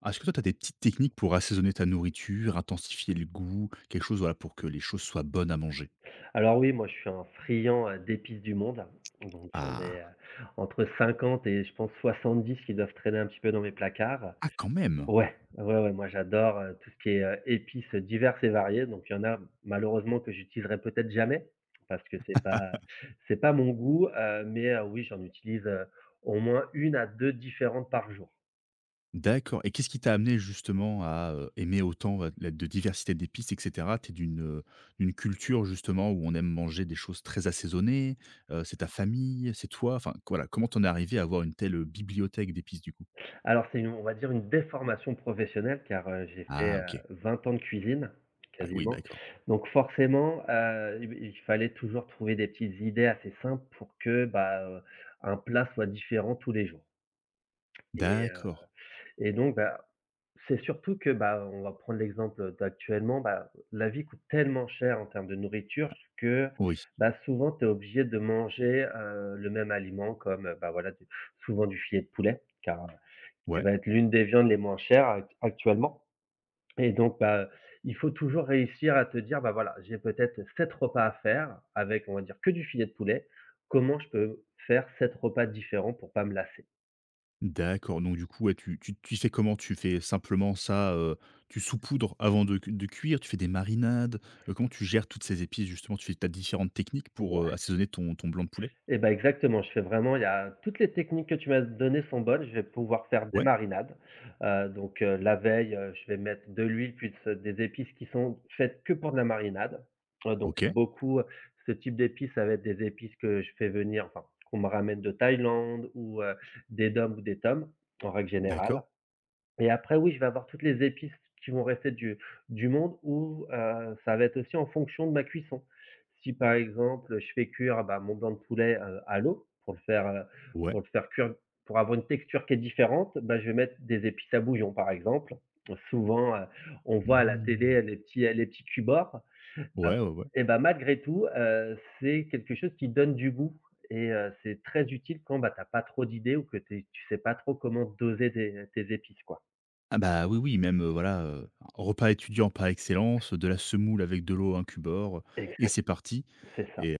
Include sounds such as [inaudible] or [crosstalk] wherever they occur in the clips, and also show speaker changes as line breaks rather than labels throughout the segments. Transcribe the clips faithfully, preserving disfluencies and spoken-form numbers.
Ah, est-ce que toi, tu as des petites techniques pour assaisonner ta nourriture, intensifier le goût, quelque chose voilà, pour que les choses soient bonnes à manger?
Alors oui, moi je suis un friand, heu, d'épices du monde, hein. Donc j'en ai,
Ah!
heu, entre cinquante et je pense soixante-dix qui doivent traîner un petit peu dans mes placards.
Ah, quand même!
Ouais, ouais, ouais, moi j'adore, heu, tout ce qui est, heu, épices diverses et variées, donc il y en a malheureusement que j'utiliserai peut-être jamais parce que c'est pas c'est pas mon goût, heu, mais heu, oui, j'en utilise, heu, au moins une à deux différentes par jour.
D'accord, et qu'est-ce qui t'a amené justement à, heu, aimer autant, heu, la de diversité d'épices et cetera? Tu d'une, heu, d'une culture justement où on aime manger des choses très assaisonnées? Heu, c'est ta famille? C'est toi? Enfin, voilà, comment t'en es arrivé à avoir une telle bibliothèque d'épices du coup?
Alors c'est une on va dire une déformation professionnelle car, heu, j'ai fait,
Ah,
heu,
OK.
vingt ans de cuisine,
Ah oui,
quasiment.
d'accord.
Donc forcément, heu, il il fallait toujours trouver des petites idées assez simples pour que, bah, heu, un plat soit différent tous les jours. Et heu
D'accord.
et donc bah, c'est surtout que, bah, on va prendre l'exemple d'actuellement. Bah, la vie coûte tellement cher en termes de nourriture que,
Oui.
bah, souvent tu es obligé de manger, heu, le même aliment comme, heu, bah, voilà, du souvent du filet de poulet, car qui
Ouais.
va être l'une des viandes les moins chères act actuellement. Et donc bah, il faut toujours réussir à te dire: «Bah, voilà, j'ai peut-être sept repas à faire avec, on va dire, que du filet de poulet. Comment je peux faire sept repas différents pour pas me lasser?»
D'accord, donc du coup, ouais, tu tu tu fais comment? Tu fais simplement ça, heu, tu saupoudres avant de cu de cuire? Tu fais des marinades? Heu, comment tu gères toutes ces épices justement? Tu fais tu as différentes techniques pour, heu, assaisonner ton ton blanc de poulet?
Eh ben, exactement, je fais vraiment, il y a toutes les techniques que tu m'as données sont bonnes, je vais pouvoir faire des
Ouais,
marinades. Heu, donc, heu, la veille, heu, je vais mettre de l'huile plus des épices qui sont faites que pour de la marinade. Heu, donc
OK,
beaucoup, euh, ce type d'épices, ça va être des épices que je fais venir, enfin qu'on me ramène de Thaïlande ou, heu, des dom ou des toms en règle générale.
d'accord,
Et après, oui, je vais avoir toutes les épices qui vont rester du du monde, ou heu, ça va être aussi en fonction de ma cuisson. Si par exemple, je fais cuire, bah, mon blanc de poulet, heu, à l'eau pour le faire, heu,
ouais.
pour le faire cuire pour avoir une texture qui est différente, bah, je vais mettre des épices à bouillon, par exemple. Souvent, heu, on voit à la télé
Mmh.
les petits, les petits cubes-or,
Ouais, ouais, ouais.
et bah, malgré tout, heu, c'est quelque chose qui donne du goût et heu, c'est très utile quand, bah, tu as pas trop d'idées ou que tu tu sais pas trop comment doser tes tes épices, quoi.
Ah bah, oui, oui, même, heu, voilà, heu, repas étudiant par excellence, de la semoule avec de l'eau à un cubord, et c'est parti.
C'est ça.
et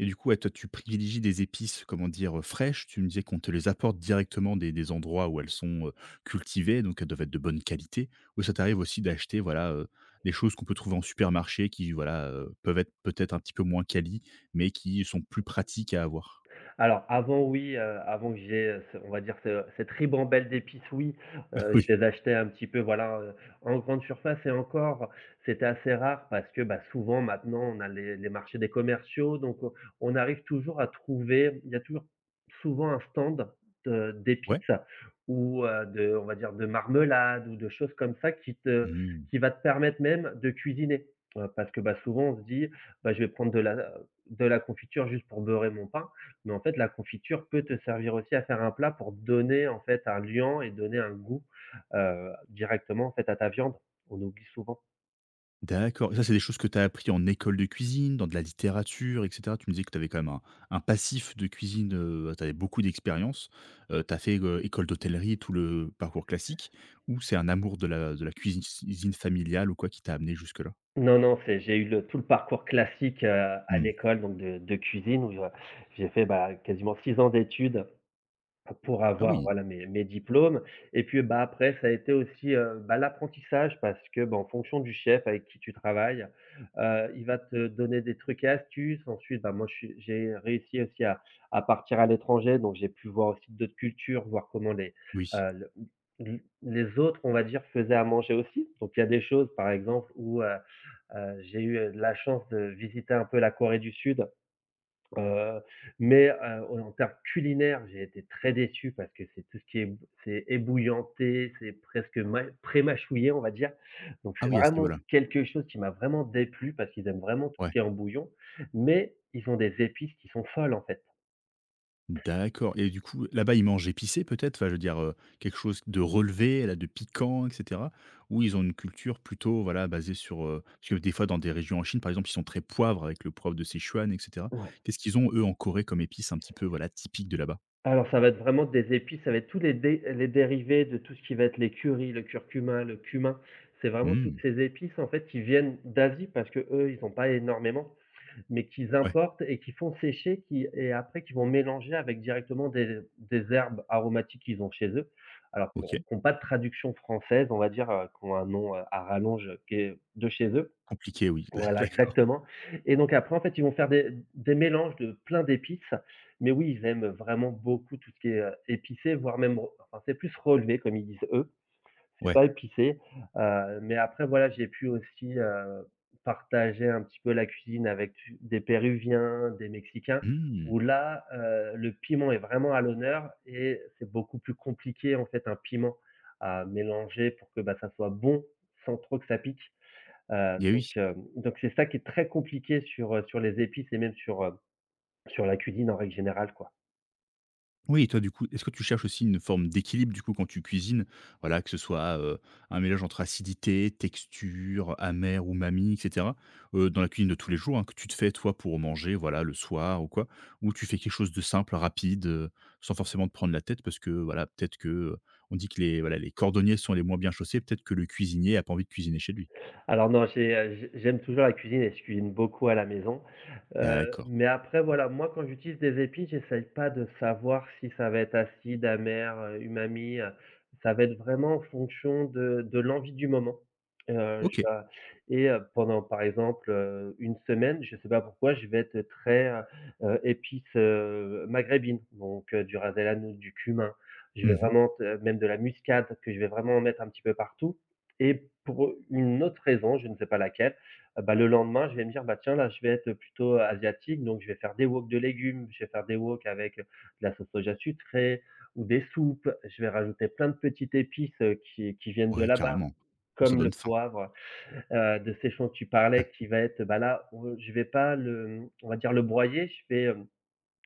Et du coup, ouais, toi, tu privilégies des épices, comment dire, heu, fraîches. Tu me disais qu'on te les apporte directement des des endroits où elles sont, heu, cultivées, donc elles doivent être de bonne qualité. Ou ça t'arrive aussi d'acheter, voilà, heu, des choses qu'on peut trouver en supermarché qui, voilà, heu, peuvent être peut-être un petit peu moins quali, mais qui sont plus pratiques à avoir?
Alors avant oui, heu, avant que j'ai, heu, ce on va dire ce cette ribambelle d'épices, oui, heu,
[laughs]
je
Oui.
les achetais un petit peu, voilà, heu, en grande surface, et encore, c'était assez rare parce que, bah, souvent maintenant on a les les marchés des commerciaux, donc on on arrive toujours à trouver, il y a toujours souvent un stand de
Ouais?
d'épices ou, heu, de, on va dire, de marmelade ou de choses comme ça qui te
Mmh.
qui va te permettre même de cuisiner. Heu, parce que, bah, souvent on se dit: «Bah, je vais prendre de la de la confiture juste pour beurrer mon pain.» Mais en fait, la confiture peut te servir aussi à faire un plat pour donner, en fait, un liant et donner un goût, heu, directement, en fait, à ta viande. On oublie souvent.
D'accord. Et ça, c'est des choses que tu as appris en école de cuisine, dans de la littérature, et cetera? Tu me disais que tu avais quand même un un passif de cuisine, heu, tu avais beaucoup d'expérience. Heu, tu as fait, heu, école d'hôtellerie, tout le parcours classique, ou c'est un amour de la de la cuisine cuisine familiale ou quoi qui t'a amené jusque là?
Non, non, c'est, j'ai eu le tout le parcours classique, heu, à
Mmh.
l'école, donc de de cuisine, où, heu, j'ai fait, bah, quasiment six ans d'études pour
Ah
avoir
oui,
voilà mes mes diplômes. Et puis, bah, après ça a été aussi, heu, bah, l'apprentissage parce que, bah, en fonction du chef avec qui tu travailles, heu, il va te donner des trucs et astuces. Ensuite, bah, moi je suis j'ai réussi aussi à à partir à l'étranger, donc j'ai pu voir aussi d'autres cultures, voir comment les,
oui.
heu, le l les autres, on va dire, faisaient à manger aussi. Donc il y a des choses, par exemple, où, heu heu, j'ai eu, heu, la chance de visiter un peu la Corée du Sud. Heu, mais heu, en termes culinaires, j'ai été très déçu parce que c'est tout ce qui est c'est ébouillanté, c'est presque ma pré-mâchouillé, on va dire. Donc
Ah
c'est
oui, à ce
vraiment
niveau-là.
quelque chose qui m'a vraiment déplu parce qu'ils aiment vraiment tout ce
Ouais.
qui est en bouillon, mais ils ont des épices qui sont folles, en fait.
D'accord, et du coup, là-bas, ils mangent épicé peut-être? Enfin, je veux dire, heu, quelque chose de relevé, là, de piquant et cetera? Ou ils ont une culture plutôt, voilà basée sur, heu parce que des fois, dans des régions en Chine, par exemple, ils sont très poivre avec le poivre de Sichuan et cetera.
Ouais.
Qu'est-ce qu'ils ont, eux, en Corée comme épice un petit peu, voilà, typique de là-bas?
Alors ça va être vraiment des épices, ça va être tous les dé les dérivés de tout ce qui va être les currys, le curcuma, le cumin. C'est vraiment toutes
Mmh,
ces épices, en fait, qui viennent d'Asie parce que eux ils n'ont pas énormément, mais qu'ils
ouais,
importent et qu'ils font sécher, qui et après qu'ils vont mélanger avec directement des des herbes aromatiques qu'ils ont chez eux. Alors qu'on
OK.
qui ont pas de traduction française, on va dire, heu, qui ont un nom, heu, à rallonge, euh, qui est de chez eux.
Compliqué, oui. [laughs]
Voilà,
D'accord.
exactement, et donc après, en fait, ils vont faire des des mélanges de plein d'épices, mais oui, ils aiment vraiment beaucoup tout ce qui est, heu, épicé, voire même re enfin, c'est plus relevé comme ils disent eux, c'est
Ouais.
pas épicé, heu, mais après voilà, j'ai pu aussi, heu, partager un petit peu la cuisine avec tu des péruviens, des mexicains,
Mmh,
où là, heu, le piment est vraiment à l'honneur et c'est beaucoup plus compliqué, en fait, un piment à mélanger pour que, bah, ça soit bon sans trop que ça pique. Heu,
et
donc
oui.
heu, donc c'est ça qui est très compliqué sur, heu, sur les épices et même sur, heu, sur la cuisine en règle générale, quoi.
Oui, et toi du coup, est-ce que tu cherches aussi une forme d'équilibre du coup quand tu cuisines? Voilà, que ce soit, heu, un mélange entre acidité, texture, amer, umami et cetera, heu, dans la cuisine de tous les jours, hein, que tu te fais toi pour manger, voilà, le soir ou quoi, ou tu fais quelque chose de simple, rapide, heu, sans forcément te prendre la tête parce que, voilà, peut-être que, heu, on dit que les voilà, les cordonniers sont les moins bien chaussés, peut-être que le cuisinier a pas envie de cuisiner chez lui?
Alors non, j'ai, heu, j'ai j'aime toujours la cuisine et je cuisine beaucoup à la maison. Heu,
D'accord.
mais après voilà, moi quand j'utilise des épices, j'essaye pas de savoir si ça va être acide, amer, heu, umami, heu, ça va être vraiment en fonction de de l'envie du moment. Heu, je
OK.
vais et heu, Pendant par exemple, heu, une semaine, je sais pas pourquoi, je vais être très, heu heu, épice, heu, maghrébine, donc heu, du ras el hanout, du cumin, je vais
Mmh.
vraiment te même de la muscade, que je vais vraiment mettre un petit peu partout. Et pour une autre raison, je ne sais pas laquelle, heu, bah, le lendemain, je vais me dire: «Bah, tiens, là, je vais être plutôt asiatique, donc je vais faire des woks de légumes, je vais faire des woks avec de la sauce soja sucrée, ou des soupes.» Je vais rajouter plein de petites épices, heu, qui qui viennent de
Ouais,
là-bas,
carrément. Ça
comme le
donne faim.
poivre, heu, de séchon que tu parlais, qui va être, bah, là, on je vais pas le, mmh, on va dire, le broyer, je vais, hem,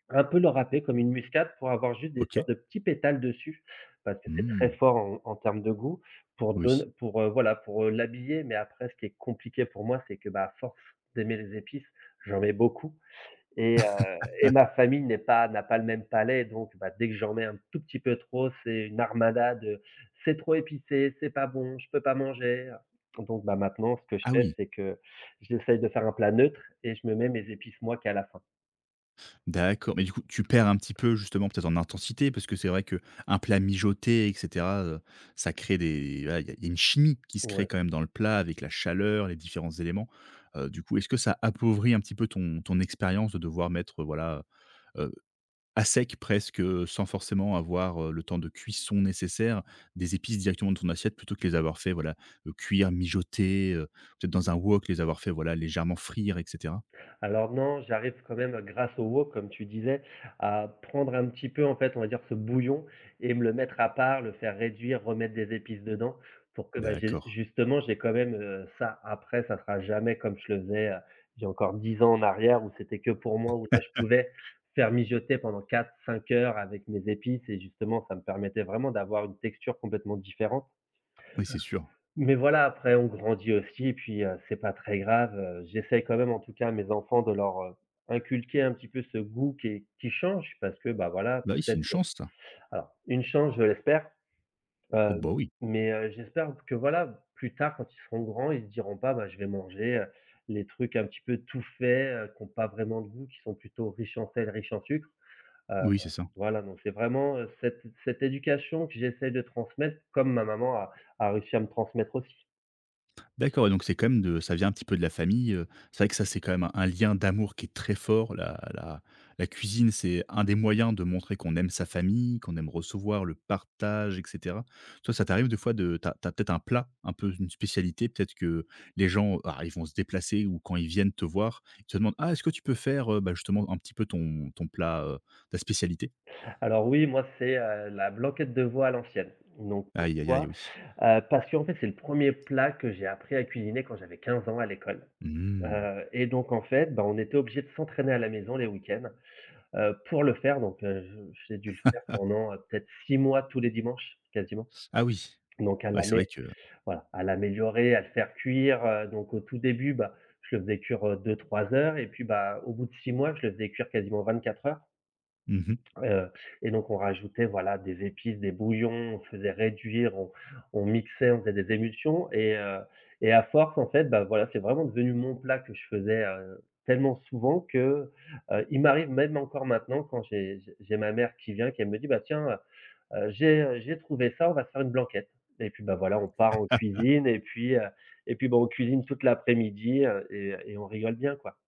un peu le râper comme une muscade pour avoir juste des sortes
OK.
de petits pétales dessus, parce que c'est très
Mmh.
fort en en termes de goût pour don
Oui.
pour, heu, voilà, pour, heu, l'habiller. Mais après ce qui est compliqué pour moi, c'est que, bah, à force d'aimer les épices, j'en mets beaucoup. et heu
[laughs]
et ma famille n'est pas n'a pas le même palais, donc bah, dès que j'en mets un tout petit peu trop, c'est une armada de: «C'est trop épicé, c'est pas bon, je peux pas manger.» Donc bah, maintenant ce que je
Ah
fais,
oui!
c'est que j'essaye de faire un plat neutre et je me mets mes épices moi qu'à la fin.
D'accord, mais du coup, tu perds un petit peu justement peut-être en intensité, parce que c'est vrai que un plat mijoté et cetera, heu, ça crée des, voilà, il y a il y a une chimie qui se crée
Ouais.
quand même dans le plat avec la chaleur, les différents éléments. Heu, du coup, est-ce que ça appauvrit un petit peu ton ton expérience de devoir mettre, heu, voilà, heu, à sec presque, heu, sans forcément avoir, heu, le temps de cuisson nécessaire, des épices directement dans ton assiette plutôt que les avoir fait, voilà, heu, cuire, mijoter, heu, peut-être dans un wok, les avoir fait, voilà, légèrement frire et cetera?
Alors non, j'arrive quand même grâce au wok, comme tu disais, à prendre un petit peu, en fait, on va dire, ce bouillon et me le mettre à part, le faire réduire, remettre des épices dedans pour que, bah, j'ai
D'accord.
justement, j'ai quand même, heu, ça, après, ça sera jamais comme je le faisais, heu, il y a encore dix ans en arrière où c'était que pour moi, où là, je
Ah,
pouvais faire mijoter pendant quatre cinq heures avec mes épices, et justement, ça me permettait vraiment d'avoir une texture complètement différente.
oui, c'est sûr.
Mais voilà, après on grandit aussi, et puis, heu, c'est pas très grave, heu, j'essaye quand même en tout cas à mes enfants de leur, heu, inculquer un petit peu ce goût qui est qui change parce que, bah, voilà,
Bah, oui, c'est
peut-être,
une chance ça.
alors une chance, je l'espère,
Oh
heu,
bah, oui.
mais, heu, j'espère que voilà, plus tard quand ils seront grands, ils se diront pas: «Bah, je vais manger, heu, les trucs un petit peu tout faits, heu, qui ont pas vraiment de goût, qui sont plutôt riches en sel, riches en sucre», heu,
Oui, c'est ça.
voilà, donc c'est vraiment, heu, cette cette éducation que j'essaye de transmettre comme ma maman a a réussi à me transmettre aussi.
D'accord, et donc c'est quand même, de ça vient un petit peu de la famille, heu, c'est vrai que ça, c'est quand même un un lien d'amour qui est très fort. La la la cuisine, c'est un des moyens de montrer qu'on aime sa famille, qu'on aime recevoir, le partage et cetera. Toi, ça t'arrive des fois de T'as as peut-être un plat, un peu une spécialité, peut-être que les gens, ah, ils vont se déplacer, ou quand ils viennent te voir, ils te demandent: «Ah, est-ce que tu peux faire, heu, bah, justement un petit peu ton ton plat, heu, ta spécialité?»
Alors oui, moi, c'est, heu, la blanquette de veau à l'ancienne. Donc
Aïe, aïe, aïe,
pourquoi?
oui.
Heu, parce qu'en fait, c'est le premier plat que j'ai appris à cuisiner quand j'avais quinze ans à l'école.
Mmh.
Heu et donc en fait, bah, on était obligé de s'entraîner à la maison les week-ends, heu, pour le faire. Donc heu, je j'ai dû le faire pendant, heu, peut-être six mois tous les dimanches, quasiment.
Ah oui.
Donc à
Ouais, c'est
l'amé
vrai que.
voilà, à l'améliorer, à le faire cuire, heu, donc au tout début, bah, je le faisais cuire, deux-trois heures et puis, bah, au bout de six mois, je le faisais cuire quasiment 24 heures.
Mmh.
Heu et donc on rajoutait voilà des épices, des bouillons, on faisait réduire, on on mixait, on faisait des émulsions et heu et à force en fait, bah, voilà, c'est vraiment devenu mon plat que je faisais, heu, tellement souvent que, heu, il m'arrive même encore maintenant quand j'ai j'ai j'ai ma mère qui vient, qu'elle me dit: «Bah, tiens, heu j'ai, heu, j'ai trouvé ça, on va se faire une blanquette» et puis, bah, voilà, on part en cuisine et puis, heu et puis, bah, on cuisine toute l'après-midi, heu et et on rigole bien, quoi.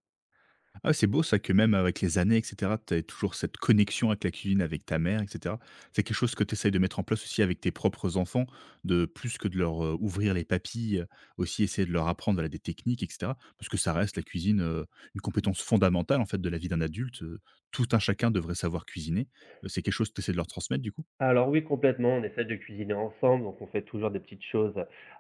Ah, c'est beau ça, que même avec les années et cetera, tu as toujours cette connexion avec la cuisine, avec ta mère et cetera. C'est quelque chose que tu essayes de mettre en place aussi avec tes propres enfants, de plus que de leur, heu, ouvrir les papilles, heu, aussi essayer de leur apprendre, voilà, des techniques et cetera. Parce que ça reste la cuisine, heu, une compétence fondamentale en fait de la vie d'un adulte, heu, tout un chacun devrait savoir cuisiner. Heu, c'est quelque chose que tu essaies de leur transmettre du coup?
Alors oui, complètement, on essaie de cuisiner ensemble, donc on fait toujours des petites choses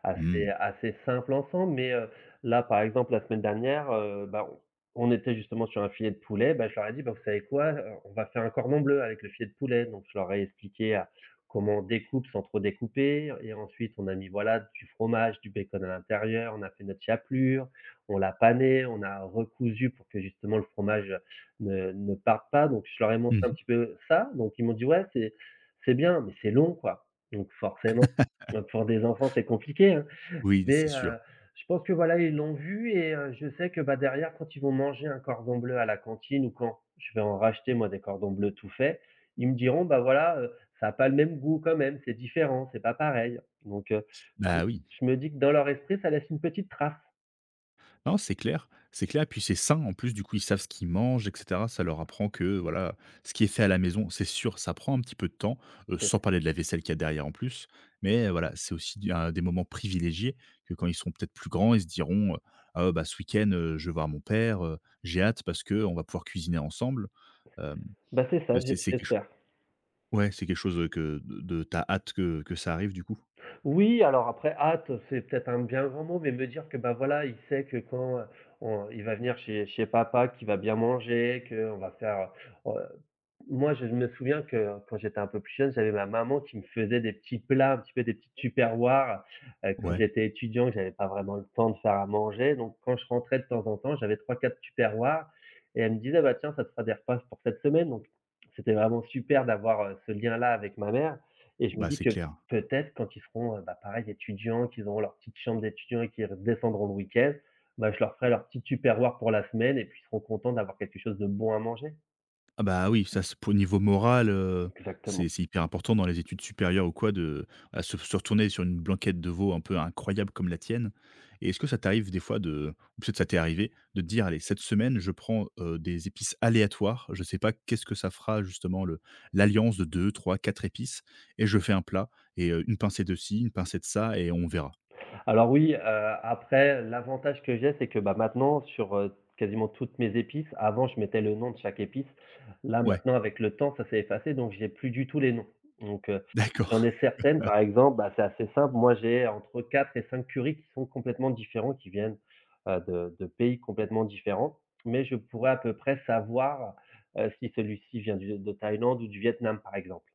assez
Mmh.
assez simples ensemble. Mais, heu, là, par exemple, la semaine dernière, heu, bah, on on était justement sur un filet de poulet, bah, je leur ai dit: «Bah, vous savez quoi? Heu, on va faire un cordon bleu avec le filet de poulet». Donc je leur ai expliqué, heu, comment on découpe sans trop découper et ensuite on a mis, voilà, du fromage, du bacon à l'intérieur, on a fait notre chapelure, on l'a pané, on a recousu pour que justement le fromage, ne ne parte pas. Donc je leur ai montré un
Mmh.
petit peu ça, donc ils m'ont dit: «Ouais, c'est». C'est bien, mais c'est long, quoi. Donc forcément, heu, pour des enfants, c'est compliqué, hein.
Oui, c'est
Mais,
sûr.
heu, je pense que voilà, ils l'ont vu et heu, je sais que, bah, derrière, quand ils vont manger un cordon bleu à la cantine ou quand je vais en racheter, moi, des cordons bleus tout faits, ils me diront: «Bah, voilà, heu, ça a pas le même goût quand même, c'est différent, c'est pas pareil». Donc, heu, je me
Bah oui.
je me dis que dans leur esprit, ça laisse une petite trace.
Non, c'est clair, c'est clair, puis c'est sain en plus, du coup, ils savent ce qu'ils mangent et cetera. Ça leur apprend que, voilà, ce qui est fait à la maison, c'est sûr, ça prend un petit peu de temps, heu,
C'est
sans parler de la vaisselle qu'il y a derrière en plus. Mais euh, voilà, c'est aussi, du un des moments privilégiés, que quand ils seront peut-être plus grands, ils se diront, heu: «Ah, ouais, bah, ce week-end, heu, je vais voir mon père, heu, j'ai hâte parce que on va pouvoir cuisiner ensemble». Hem,
Bah, c'est ça, j'e
c'est c'est quelque ch
j'espère.
Ouais, c'est quelque chose, que de de tu hâte que que ça arrive, du coup?
Oui, alors après, hâte, c'est peut-être un bien grand mot, mais me dire que bah voilà, il sait que quand euh, on- il va venir chez, chez papa, qu'il va bien manger, qu'on va faire, euh, moi, je me souviens que quand j'étais un peu plus jeune, j'avais ma maman qui me faisait des petits plats, un petit peu des petites tupperwares, heu, quand
Ouais,
j'étais étudiant, que j'avais pas vraiment le temps de faire à manger, donc quand je rentrais de temps en temps, j'avais trois, quatre tupperwares et elle me disait: «Bah, tiens, ça te fera des repas pour cette semaine», donc c'était vraiment super d'avoir, heu, ce lien-là avec ma mère et je me
bah,
dis
c'est
que
clair.
peut-être quand ils seront, heu, bah, pareil étudiants, qu'ils auront leur petite chambre d'étudiant et qu'ils redescendront le week-end, bah, je leur ferai leur petit tupperware pour la semaine et puis ils seront contents d'avoir quelque chose de bon à manger.
Ah bah, oui, ça c'est au niveau moral, heu,
Exactement.
c'est c'est hyper important dans les études supérieures ou quoi, de à se se retourner sur une blanquette de veau un peu incroyable comme la tienne, et est-ce que ça t'arrive des fois, de ou peut-être ça t'est arrivé de te dire: «Allez, cette semaine je prends, heu, des épices aléatoires, je sais pas qu'est-ce que ça fera, justement, le l'alliance de deux, trois, quatre épices, et je fais un plat, et heu, une pincée de ci, une pincée de ça, et on verra».
Alors oui, heu, après l'avantage que j'ai, c'est que, bah, maintenant sur, heu, quasiment toutes mes épices, avant je mettais le nom de chaque épice. Là
Ouais,
maintenant avec le temps, ça s'est effacé donc j'ai plus du tout les noms. Donc, heu,
[laughs]
j'en
d'accord.
ai certaines par exemple, bah, c'est assez simple, moi j'ai entre quatre et cinq currys qui sont complètement différents, qui viennent, heu, de de pays complètement différents, mais je pourrais à peu près savoir, heu, si celui-ci vient du de Thaïlande ou du Vietnam par exemple,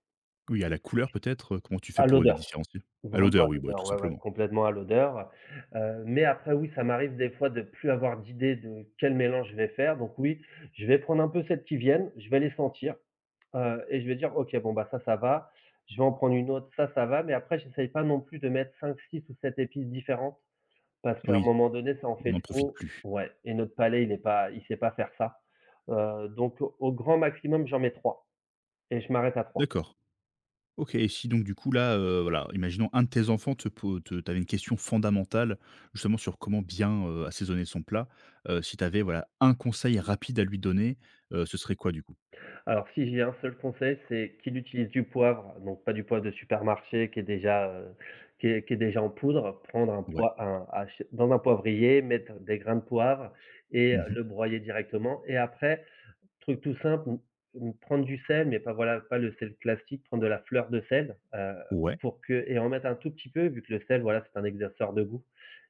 Oui, à la couleur peut-être? euh, Comment tu fais
à
pour les
l'odeur.
différencier? À
Vraiment
l'odeur,
à
oui, bah,
l'odeur,
tout
ouais, ouais,
simplement.
complètement à l'odeur, heu, mais après oui, ça m'arrive des fois de plus avoir d'idée de quel mélange je vais faire, donc oui, je vais prendre un peu celles qui viennent, je vais les sentir, heu, et je vais dire: «OK, bon, bah, ça, ça va». Je vais en prendre une autre, ça, ça va, mais après j'essaye pas non plus de mettre cinq six ou sept épices différentes parce qu'à un
Oui,
moment donné, ça en
on
fait
n'en profite
trop
plus.
ouais et notre palais, il est pas il sait pas faire ça, heu, donc au grand maximum, j'en mets trois et je m'arrête à trois.
D'accord. OK, et si donc du coup là, heu, voilà, imaginons un de tes enfants te po te tu une question fondamentale, justement sur comment bien, heu, assaisonner son plat, heu, si tu avais, voilà, un conseil rapide à lui donner, heu, ce serait quoi du coup?
Alors si j'ai un seul conseil, c'est qu'il utilise du poivre, donc pas du poivre de supermarché qui est déjà, heu, qui est qui est déjà en poudre. Prendre un
Ouais.
poivre un ach dans un poivrier, mettre des grains de poivre et
Mmh.
le broyer directement et après, truc tout simple, m m prendre du sel, mais pas voilà, pas le sel classique, prendre de la fleur de sel, heu,
Ouais.
pour que et en mettre un tout petit peu vu que le sel, voilà, c'est un exerceur de goût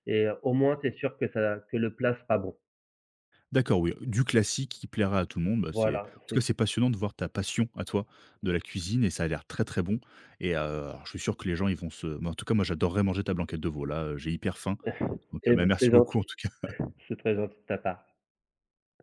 et heu, au moins tu es sûr que ça que le plat sera bon.
D'accord, oui, du classique qui plaira à tout le monde, bah, c'est,
Voilà,
en tout cas
c'est
c'est passionnant de voir ta passion à toi de la cuisine, et ça a l'air très, très bon, et heu, alors je suis sûr que les gens ils vont se bah, en tout cas moi j'adorerais manger ta blanquette de veau là, heu, j'ai hyper faim, donc heu,
eh
bah,
ben,
merci
c'est
beaucoup en
gentil,
tout cas.
c'est très gentil de ta part.